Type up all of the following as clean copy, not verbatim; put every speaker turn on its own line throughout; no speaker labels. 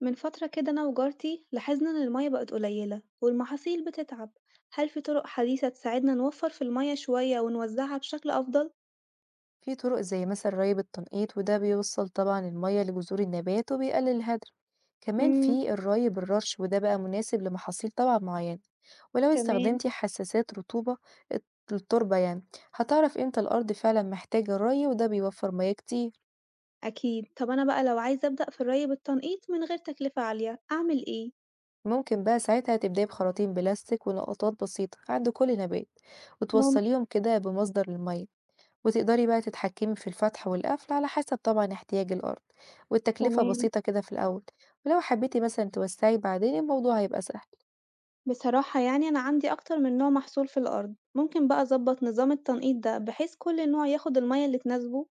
من فترة كده أنا وجارتي لاحظنا إن المية بقت قليلة والمحاصيل بتتعب. هل في طرق حديثة تساعدنا نوفر في المية شوية ونوزعها بشكل أفضل؟
في طرق زي مثلا ري التنقيط وده بيوصل طبعا المية لجذور النبات وبيقلل الهدر. كمان
امم
في الري بالرش وده بقى مناسب لمحاصيل طبعا معينة. ولو
تمام.
استخدمتي حساسات رطوبة الت- التربة يعني هتعرف امتى الأرض فعلا محتاجة الري وده بيوفر مياه كتير.
أكيد. طب أنا بقى لو عايزة أبدأ في الري بالتنقيط من غير تكلفة عالية أعمل إيه؟
ممكن بقى ساعتها تبدأي بخراطيم بلاستيك ونقطات بسيطة عند كل نبات
ممكن.
وتوصليهم كده بمصدر المية، وتقدري بقى تتحكمي في الفتح والقفل على حسب طبعًا احتياج الأرض، والتكلفة
تمام.
بسيطة كده في الأول، ولو حبيتي مثلًا توسعي بعدين الموضوع هيبقى سهل.
بصراحة يعني أنا عندي أكتر من نوع محصول في الأرض، ممكن بقى أظبط نظام التنقيط ده بحيث كل نوع ياخد المية اللي تناسبه؟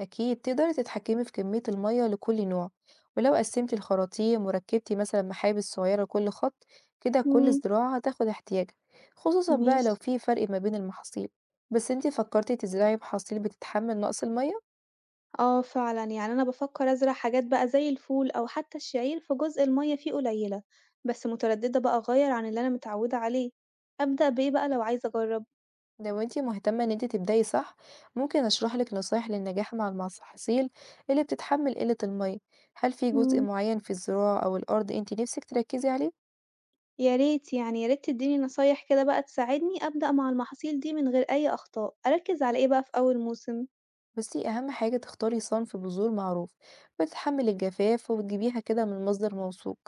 أكيد تقدري تتحكمي في كمية المَيّة لكل نوع، ولو قسمتي الخراطيم وركبتي مثلًا محابس صغيرة لكل خط كده كل
امم
زراعة هتاخد احتياجها، خصوصًا بقى
ماشي.
لو في فرق ما بين المحاصيل. بس أنتِ فكرتِ تزرعي محاصيل بتتحمل نقص المَيّة؟
آه فعلًا، يعني أنا بافكّر أزرع حاجات بقى زي الفول أو حتى الشعير في جزء المَيّة فيه قليلة، بس مترددة بقى أغيّر عن اللي أنا متعودة عليه، أبدأ بإيه بقى لو عايزة أجرّب؟
لو انتي مهتمة ان انتي تبدأي صح ممكن اشرح لك نصايح للنجاح مع المحاصيل اللي بتتحمل قلة المية. هل في جزء
إمم،
معين في الزراعة او الارض انتي نفسك تركزي عليه؟
يا ريت يعني يا ريت تدّيني نصايح كده بقى تساعدني أبدأ مع المحاصيل دي من غير أي أخطاء، أركّز على إيه بقى في أول موسم؟
بصي اهم حاجة تختاري صنف بذور معروف بتتحمل الجفاف وتجيبيها كده من مصدر موثوق.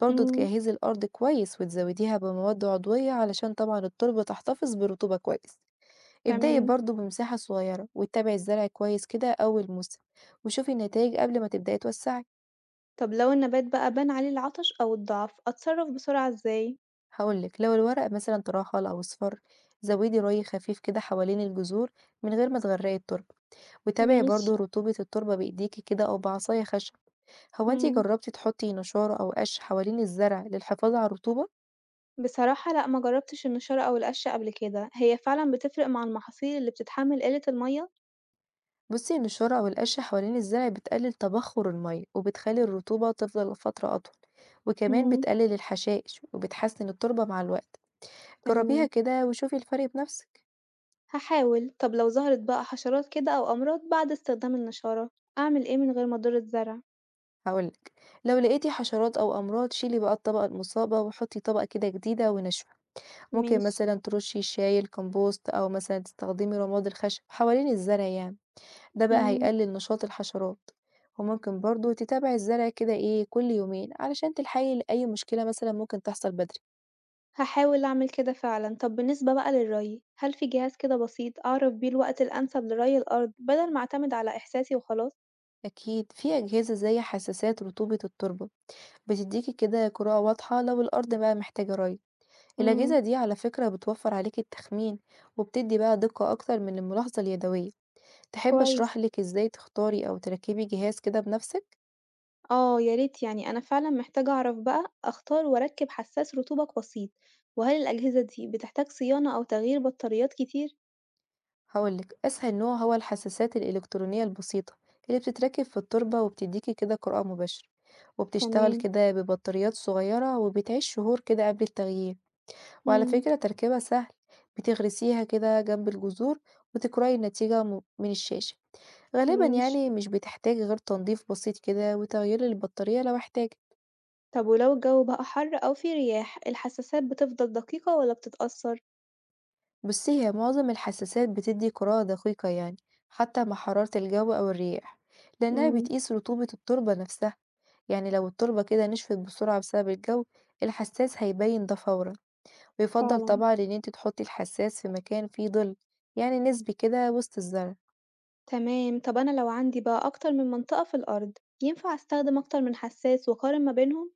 برضه
إمم،
تجهزي الارض كويس وتزوديها بمواد عضوية علشان طبعا التربة تحتفظ برطوبة كويس. ابدأي
تمام.
برضه بمساحة صغيرة وتابعي الزرع كويس كده اول موسم وشوفي النتائج قبل ما تبدأي توسعي.
طب لو النبات بقى بان عليه العطش أو الضعف، أتصرّف بسرعة إزاي؟
هقول لك لو الورق مثلا تراخل او اصفر زودي ري خفيف كده حوالين الجذور من غير ما تغرقي التربه، وتابعي
ماشي.
برضو رطوبه التربه بايديكي كده او بعصايه خشب. هو انتي
إمم.
جربتي تحطي نشاره او قش حوالين الزرع للحفاظ على الرطوبه؟
بصراحة لأ، ما جربتش النشارة أو القش قبل كده، هي فعلًا بتفرق مع المحاصيل اللي بتتحمل قلة المَيّة؟
بصي النشاره او القش حوالين الزرع بتقلل تبخر الميه وبتخلي الرطوبه تفضل فتره اطول، وكمان
إمم،
بتقلل الحشائش وبتحسن التربه مع الوقت. جربيها
تمام،
كده وشوفي الفرق بنفسك.
هاحاول. طب لو ظهرت بقى حشرات كده أو أمراض بعد استخدام النشارة، أعمل إيه من غير ما أضر الزرع؟
هاقول لِك، لو لقيتِ حشرات أو أمراض شيلي بقى الطبقة المصابة وحطي طبقة كده جديدة وناشفة، ممكن
ماشي.
مثلًا ترشي الشاي، الكمبوست أو مثلًا تستخدمي رماد الخشب حوالين الزرع يعني، ده بقى
إمم،
هيقلل نشاط الحشرات، وممكن برضه تتابعي الزرع كده إيه كل يومين علشان تلحقي لأي مشكلة مثلًا ممكن تحصل بدري.
هاحاول أعمل كده فعلًا. طب بالنسبة بقى للري، هل في جهاز كده بسيط أعرف بيه الوقت الأنسب لري الأرض بدل ما أعتمد على إحساسي وخلاص؟
أكيد في أجهزة زي حساسات رطوبة التربة بتديكِ كده قراءة واضحة لو الأرض بقى محتاجة ري. الأجهزة
إمم،
دي على فكرة بتوفر عليك التخمين وبتدي بقى دقة أكتر من الملاحظة اليدوية. تحب أشرح
كويس.
لك إزاي تختاري أو تركبي جهاز كده بنفسك؟
آه، يا ريت يعني أنا فعلًا محتاجة أعرف بقى أختار وأركب حساس رطوبة بسيط، وهل الأجهزة دي بتحتاج صيانة أو تغيير بطاريات كتير؟
هقولك أسهل نوع هو الحساسات الإلكترونية البسيطة اللي بتتركب في التربة وبتديكي كده قراءة مباشرة، وبتشتغل
تمام.
كده ببطاريات صغيرة وبتعيش شهور كده قبل التغيير. وعلى
إمم،
فكرة تركيبها سهل، بتغرسيها كده جنب الجذور وتقرأي النتيجة من الشاشة. غالبًا
ماشي.
يعني مش بتحتاج غير تنضيف بسيط كده وتغيير البطارية لو احتاج.
طب ولو الجو بقى حر أو في رياح، الحساسات بتفضل دقيقة والّا بتتأثر؟
بُصي هي معظم الحساسات بتدي قراءة دقيقة يعني حتى مع حرارة الجو أو الرياح، لأنها
إمم،
بتقيس رطوبة التربة نفسها، يعني لو التربة كده نشفت بسرعة بسبب الجو الحساس هيبين ده فورًا، ويفضل
فعلًا،
طبعًا إن انتِ تحطي الحساس في مكان فيه ظل، يعني نسبي كده وسط الزرع.
تمام. طب أنا لو عندي بقى أكتر من منطقة في الأرض، ينفع أستخدم أكتر من حساس وأقارن ما بينهم؟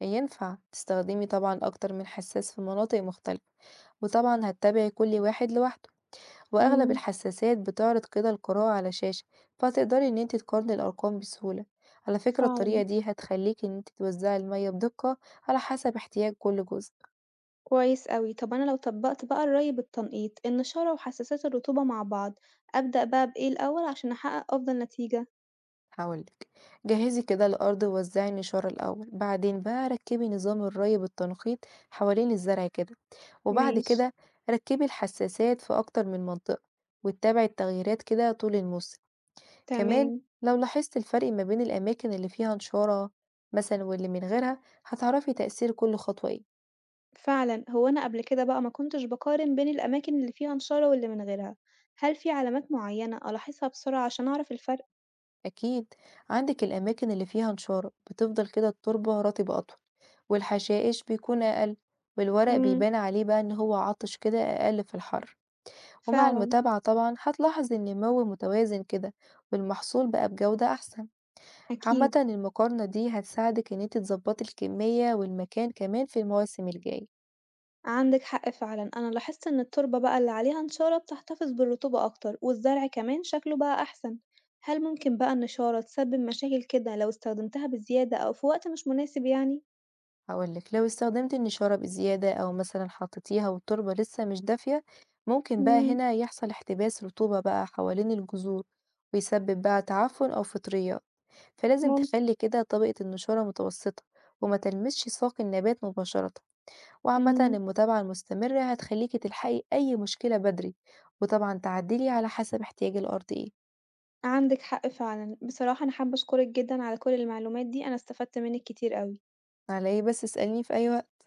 ينفع تستخدمي طبعًا أكتر من حساس في مناطق مختلفة، وطبعًا هتتابعي كل واحد لوحده. وأغلب
إمم،
الحساسات بتعرض كده القراءة على شاشة، فهتقدري إن انت تقارني الأرقام بسهولة. على فكرة الطريقة
فعلًا.
دي هتخليكي إن انت توزعي المية بدقة على حسب احتياج كل جزء.
كويس أوي. طب أنا لو طبّقت بقى الري بالتنقيط، النشارة وحساسات الرطوبة مع بعض، أبدأ بقى بإيه الأول عشان أحقق أفضل نتيجة؟
هقولك جهزي كده الأرض ووزعي النشار الأول بعدين بقى ركبي نظام الري بالتنقيط حوالين الزرع كده، وبعد
ماشي،
كده ركبي الحساسات في أكتر من منطقة وتتابعي التغييرات كده طول الموسم. كمان
تمام.
لو لاحظت الفرق ما بين الأماكن اللي فيها نشارة مثلا واللي من غيرها هتعرفي تأثير كل خطوة ايه.
فعلًا، هو أنا قبل كده بقى ما كنتش باقارن بين الأماكن اللي فيها نشارة واللي من غيرها، هل في علامات معينة ألاحظها بسرعة عشان أعرف الفرق؟
أكيد عندك الأماكن اللي فيها نشارة بتفضل كده التربة رطبة أطول، والحشائش بيكون أقل، والورق
إمم،
بيبان عليه بقى إن هو عطش كده أقل في الحر. ومع
فعلًا،
المتابعة طبعا هتلاحظ إن النمو متوازن كده والمحصول بقى بجودة أحسن. عامة
أكيد.
المقارنة دي هتساعدك إن انت تظبطي الكمية والمكان كمان في المواسم الجاية.
عندِك حق فعلًا، أنا لاحظت إن التربة بقى اللي عليها نشارة بتحتفظ بالرطوبة أكتر، والزرع كمان شكله بقى أحسن، هل ممكن بقى النشارة تسبب مشاكل كده لو استخدمتها بزيادة أو في وقت مش مناسب يعني؟
هاقول لِك، لو استخدمتِ النشارة بزيادة أو مثلًا حطيتيها والتربة لسه مش دافية، ممكن بقى
إمم،
هنا يحصل احتباس رطوبة بقى حوالين الجذور، ويسبب بقى تعفن أو فطريات، فلازم
ممكن.
تخلّي كده طبقة النشارة متوسطة، وما تلمسش ساق النبات مباشرة، وعامةً
إمم،
المتابعة المستمرة هتخلّيكِ تلحقي أي مشكلة بدري، وطبعًا تعدلي على حسب احتياج الأرض إيه.
عندِك حق فعلًا، بصراحة أنا حابة أشكرك جدًا على كل المعلومات دي، أنا استفدت منِّك كتير أوي.
على إيه بس اسأليني في أي وقت.